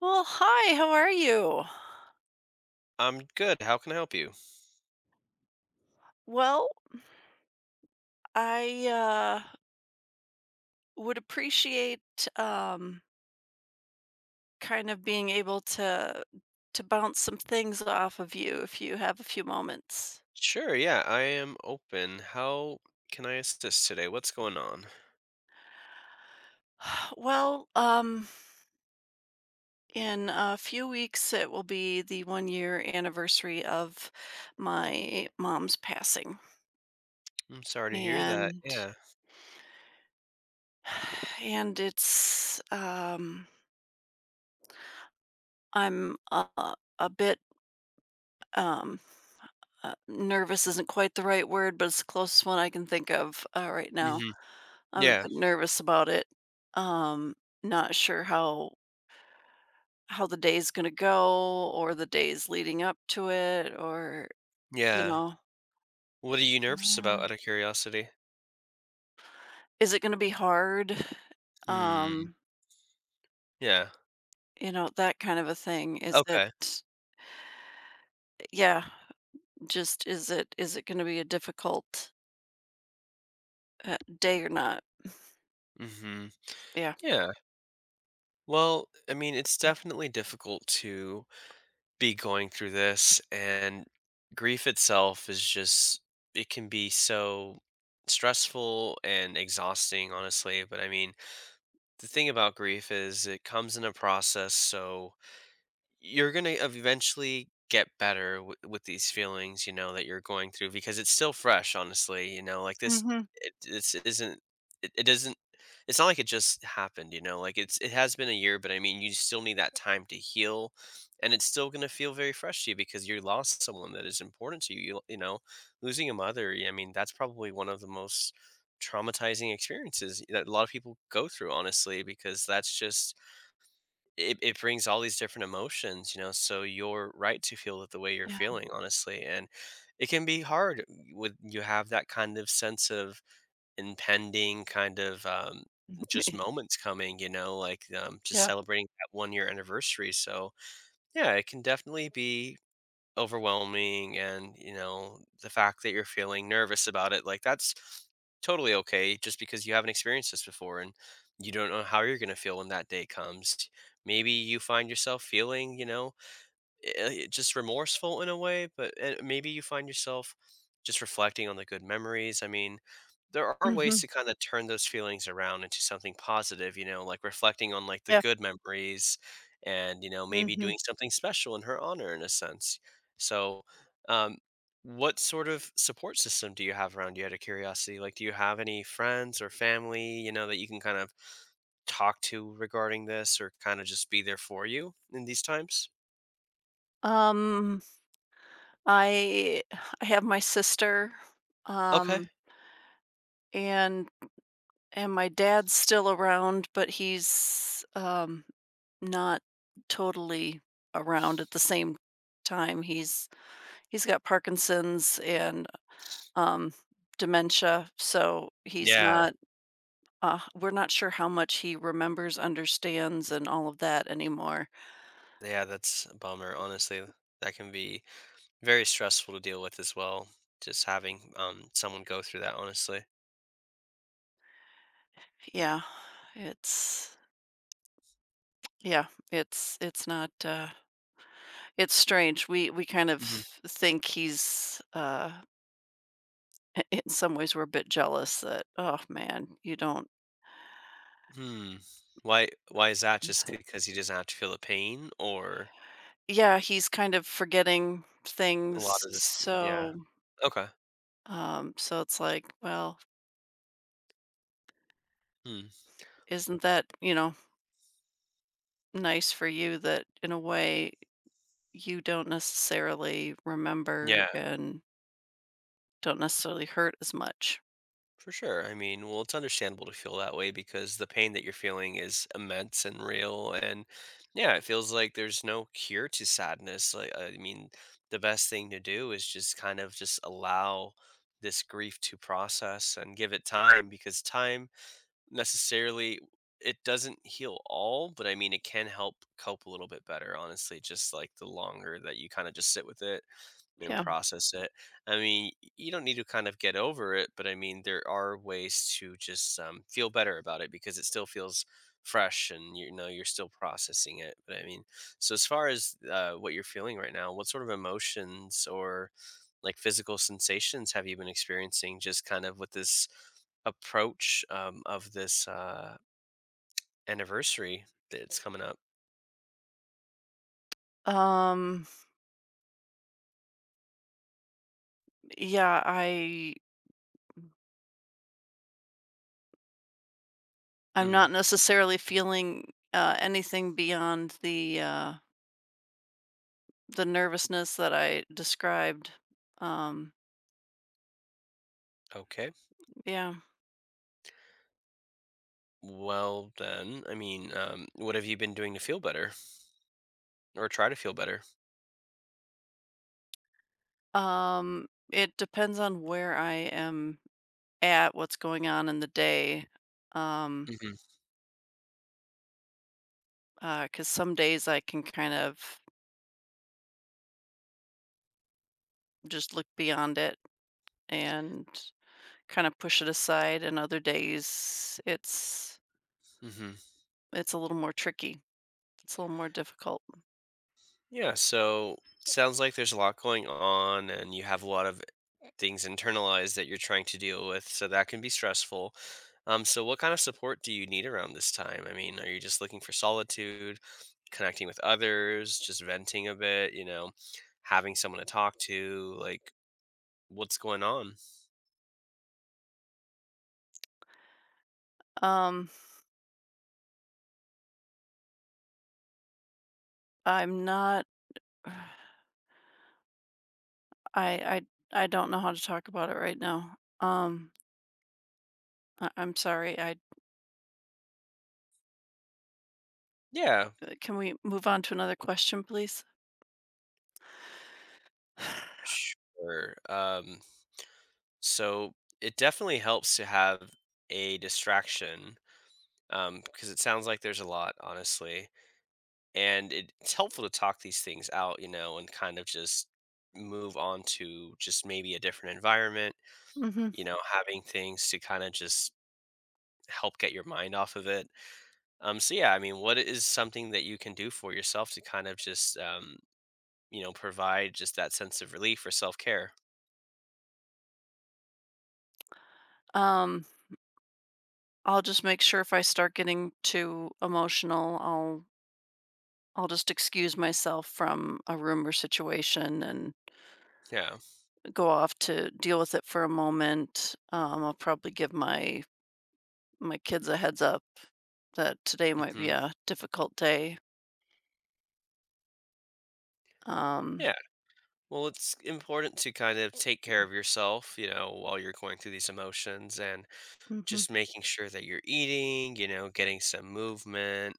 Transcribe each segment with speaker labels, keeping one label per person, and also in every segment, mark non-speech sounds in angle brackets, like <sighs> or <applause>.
Speaker 1: Well, hi, how are you?
Speaker 2: I'm good. How can I help you?
Speaker 1: Well, I would appreciate um, kind of being able to bounce some things off of you if you have a few moments.
Speaker 2: Sure, yeah, I am open. How can I assist today? What's going on?
Speaker 1: <sighs> Well, in a few weeks, it will be the one year anniversary of my mom's passing,
Speaker 2: I'm sorry to hear that.
Speaker 1: and
Speaker 2: Yeah.
Speaker 1: <sighs> and it's I'm a bit um, nervous isn't quite the right word, but it's the closest one I can think of, right now.
Speaker 2: Hmm.
Speaker 1: I'm a
Speaker 2: Yeah.
Speaker 1: bit nervous about it. Um, Not sure how the day's gonna go or the days leading up to it or, you
Speaker 2: Yeah.
Speaker 1: know,
Speaker 2: What are you nervous about,
Speaker 1: uh,
Speaker 2: out of curiosity?
Speaker 1: is it gonna be hard?
Speaker 2: Hmm.
Speaker 1: Um,
Speaker 2: Yeah.
Speaker 1: that kind of a thing. Is it
Speaker 2: Okay.
Speaker 1: Yeah, just is it gonna be a difficult, day or not?
Speaker 2: Hmm.
Speaker 1: Yeah.
Speaker 2: Yeah. Well, it's definitely difficult to be going through this, and grief itself is just, it can be so stressful and exhausting, honestly. But I mean, the thing about grief is it comes in a process, so you're going to eventually get better with these feelings, you know, that you're going through because it's still fresh, honestly. You know, like this,
Speaker 1: Mhm.
Speaker 2: it, this isn't, it doesn't, it's not like it just happened, you know, like it's, it has been a year, but I mean, you still need that time to heal, and it's still going to feel very fresh to you because you lost someone that is important to you. You know, losing a mother, yeah, I mean, that's probably one of the most traumatizing experiences that a lot of people go through, honestly, because that's just, it brings all these different emotions, you know. So you're right to feel that the way you're
Speaker 1: Yeah,
Speaker 2: feeling, honestly. And it can be hard when you have that kind of sense of impending
Speaker 1: <laughs> m
Speaker 2: just
Speaker 1: eh
Speaker 2: moments coming, you know, like, just
Speaker 1: yeah.
Speaker 2: celebrating that one year anniversary. So yeah, it can definitely be overwhelming, and you know the fact that you're feeling nervous about it, like that's totally okay, just because you haven't experienced this before, and you don't know how you're going to feel when that day comes. Maybe you find yourself feeling, you know, just remorseful in a way, but maybe you find yourself just reflecting on the good memories. I mean, there are
Speaker 1: Mhm.
Speaker 2: ways to kind of turn those feelings around into something positive, you know, like reflecting on like the
Speaker 1: Yeah.
Speaker 2: good memories and, you know, maybe doing
Speaker 1: Mhm.
Speaker 2: something special in her honor in a sense. So, um, what sort of support system do you have around you, out of curiosity? Like, do you have any friends or family, you know, that you can kind of talk to regarding this or kind of just be there for you in these times?
Speaker 1: Um, I I have my sister,
Speaker 2: Okay.
Speaker 1: um, and and my dad's still around, but he's, not totally around at the same time. He's got Parkinson's and, um, dementia, so he's
Speaker 2: Yeah.
Speaker 1: not, we're not sure how much he remembers, understands, and all of that anymore.
Speaker 2: Yeah, that's a bummer, honestly. That can be very stressful to deal with as well. Just having someone go through that, honestly.
Speaker 1: Yeah, it's yeah, it's not, it's strange. We kind of
Speaker 2: Hmm.
Speaker 1: think he's, <laughs> in some ways we're a bit jealous that, "Oh, man, you don't."
Speaker 2: Hmm. Why is that? Just because he doesn't have to feel the pain or
Speaker 1: Yeah, he's kind of forgetting
Speaker 2: a lot
Speaker 1: things,
Speaker 2: of this, yeah.
Speaker 1: so,
Speaker 2: Okay.
Speaker 1: um, so it's like, well,
Speaker 2: Hmm.
Speaker 1: isn't that, nice for you that, in a way, you don't necessarily remember
Speaker 2: Yeah.
Speaker 1: and don't necessarily hurt as much.
Speaker 2: For sure. I mean, well, it's understandable to feel that way because the pain that you're feeling is immense and real. And yeah, it feels like there's no cure to sadness. Like, I mean, the best thing to do is just kind of just allow this grief to process and give it time because time necessarily, it doesn't heal all, but I mean, it can help cope a little bit better, honestly, just like the longer that you kind of just sit with it and
Speaker 1: Yeah.
Speaker 2: process it. I mean, you don't need to kind of get over it, but I mean, there are ways to just, feel better about it because it still feels fresh and, you know, you're still processing it, but I mean, so as far as, what you're feeling right now, what sort of emotions or, like, physical sensations have you been experiencing, just kind of with this approach, of this, anniversary that's coming up?
Speaker 1: Um, yeah, I'm
Speaker 2: Mm,
Speaker 1: not necessarily feeling, anything beyond the nervousness that I described. Um,
Speaker 2: okay.
Speaker 1: yeah.
Speaker 2: Well, then, I mean, what have you been doing to feel better? Or try to feel better.
Speaker 1: It depends on where I am at, what's going on in the day. Um,
Speaker 2: Mhm,
Speaker 1: 'Cause cuz some days I can kind of just look beyond it and kind of push it aside, and other days it's
Speaker 2: mhm.
Speaker 1: it's a little more tricky. It's a little more difficult.
Speaker 2: Yeah, so sounds like there's a lot going on and you have a lot of things internalized that you're trying to deal with, so that can be stressful. So what kind of support do you need around this time? I mean, are you just looking for solitude, connecting with others, just venting a bit, you know, having someone to talk to, like what's going on?
Speaker 1: Um, I'm not <sighs> I I I don't know how to talk about it right now. I'm sorry. I
Speaker 2: Yeah,
Speaker 1: Can we move on to another question, please? <sighs>
Speaker 2: sure. So it definitely helps to have a distraction, because it sounds like there's a lot, honestly. And it's helpful to talk these things out, you know, and kind of just move on to just maybe a different environment,
Speaker 1: Hmm.
Speaker 2: you know, having things to kind of just help get your mind off of it. So, yeah, I mean, what is something that you can do for yourself to kind of just, you know, provide just that sense of relief or self care?
Speaker 1: Um, I'll just make sure if I start getting too emotional, I'll just excuse myself from a room or situation and
Speaker 2: Yeah.
Speaker 1: go off to deal with it for a moment. I'll probably give my kids a heads up that today might
Speaker 2: Hmm.
Speaker 1: be a difficult day. Um,
Speaker 2: Yeah. Well, it's important to kind of take care of yourself, you know, while you're going through these emotions. And
Speaker 1: mhm,
Speaker 2: just making sure that you're eating, you know, getting some movement,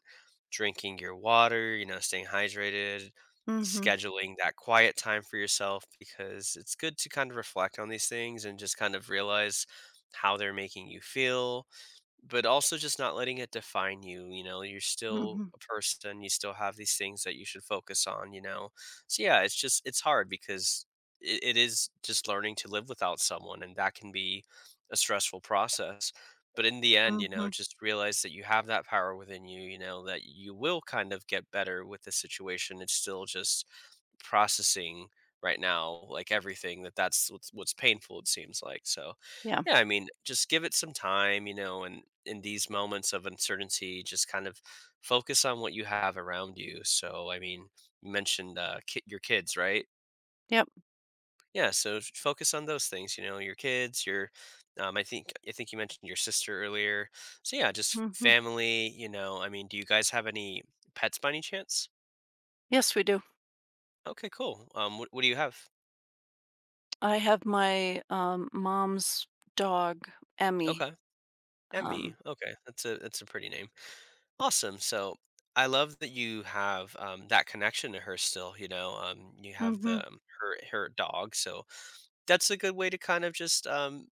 Speaker 2: drinking your water, you know, staying hydrated,
Speaker 1: mhm,
Speaker 2: scheduling that quiet time for yourself because it's good to kind of reflect on these things and just kind of realize how they're making you feel, but also just not letting it define you. You know, you're still
Speaker 1: mhm,
Speaker 2: a person, you still have these things that you should focus on, you know. So yeah, it's just it's hard because it is just learning to live without someone and that can be a stressful process, but in the end, you know,
Speaker 1: mhm.
Speaker 2: just realize that you have that power within you. You know that you will kind of get better with the situation. It's still just processing right now, like everything, that that's what's painful, it seems like. So
Speaker 1: Yeah.
Speaker 2: yeah, I mean, just give it some time, you know, and in these moments of uncertainty, just kind of focus on what you have around you. So, I mean, you mentioned your kids, right?
Speaker 1: Yep.
Speaker 2: Yeah. So focus on those things. You know, your kids, your um, I think you mentioned your sister earlier. So yeah, just
Speaker 1: Hmm.
Speaker 2: family. You know, I mean, do you guys have any pets by any chance?
Speaker 1: Yes, we do.
Speaker 2: Okay, cool. Um, what do you have?
Speaker 1: I have my mom's dog, Emmy.
Speaker 2: Okay, Emmy.
Speaker 1: Um,
Speaker 2: Okay, that's a pretty name. Awesome. So I love that you have, that connection to her still. You know, you have
Speaker 1: hmm,
Speaker 2: the um, her dog. So that's a good way to kind of just,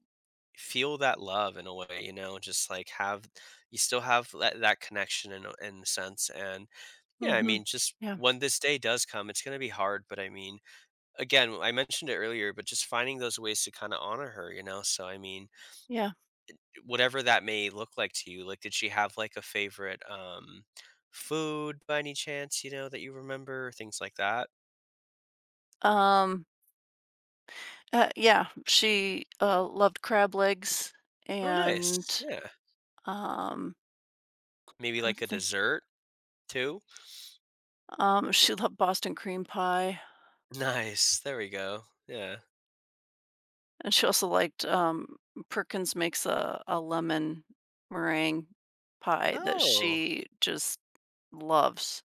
Speaker 2: feel that love in a way. You know, just like have you still have that connection in a sense. And yeah, I
Speaker 1: hmm.
Speaker 2: mean, just
Speaker 1: Yeah.
Speaker 2: when this day does come, it's going to be hard. But I mean, again, I mentioned it earlier, but just finding those ways to kind of honor her. You know, so I mean,
Speaker 1: Yeah.
Speaker 2: whatever that may look like to you, like, did she have, like, a favorite, food by any chance, you know, that you remember? Things like that?
Speaker 1: Um, yeah. She loved crab legs
Speaker 2: Oh, nice.
Speaker 1: and
Speaker 2: Yeah.
Speaker 1: um,
Speaker 2: Maybe, like, a dessert too?
Speaker 1: She loved Boston cream pie,
Speaker 2: Nice. There we go. Yeah.
Speaker 1: and she also Perkins makes a lemon meringue pie that
Speaker 2: Oh,
Speaker 1: she just loves.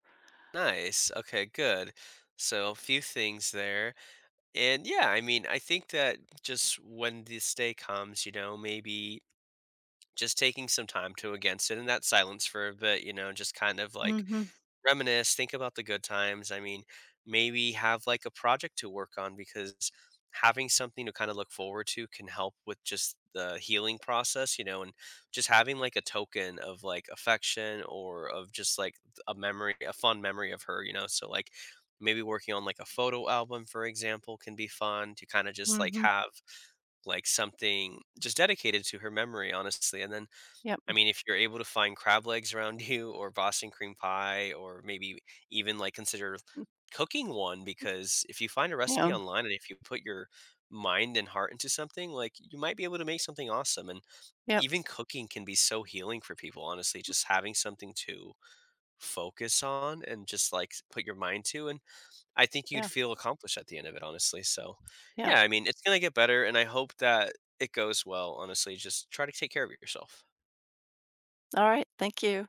Speaker 2: nice. Okay, good. So, a few things there. And, yeah, I mean, I think that just when this day comes, you know, maybe just taking some time to against it in that silence for a bit, you know, just kind of,
Speaker 1: Mm.
Speaker 2: like,
Speaker 1: Mhm,
Speaker 2: reminisce, think about the good times. I mean, maybe have like a project to work on because having something to kind of look forward to can help with just the healing process, you know, and just having like a token of like affection or of just like a memory, a fond memory of her, you know. So like maybe working on like a photo album, for example, can be fun to kind of
Speaker 1: mm,
Speaker 2: just like
Speaker 1: mhm.
Speaker 2: have like something just dedicated to her memory, honestly. And then
Speaker 1: Yep,
Speaker 2: I mean, if you're able to find crab legs around <laughs> you or Boston cream pie, or maybe even, like, consider cooking one, because if you find a recipe
Speaker 1: yeah,
Speaker 2: online and if you put your mind and heart into something, like, you might be able to make something awesome, and
Speaker 1: yep,
Speaker 2: even cooking can be so healing for people, honestly, just having something to focus on and just, like, put your mind to, and I think you'd
Speaker 1: yeah,
Speaker 2: feel accomplished at the end of it, honestly, so,
Speaker 1: yeah.
Speaker 2: yeah, I mean, it's gonna get better, and I hope that it goes well, honestly, just try to take care of yourself.
Speaker 1: Alright, thank you.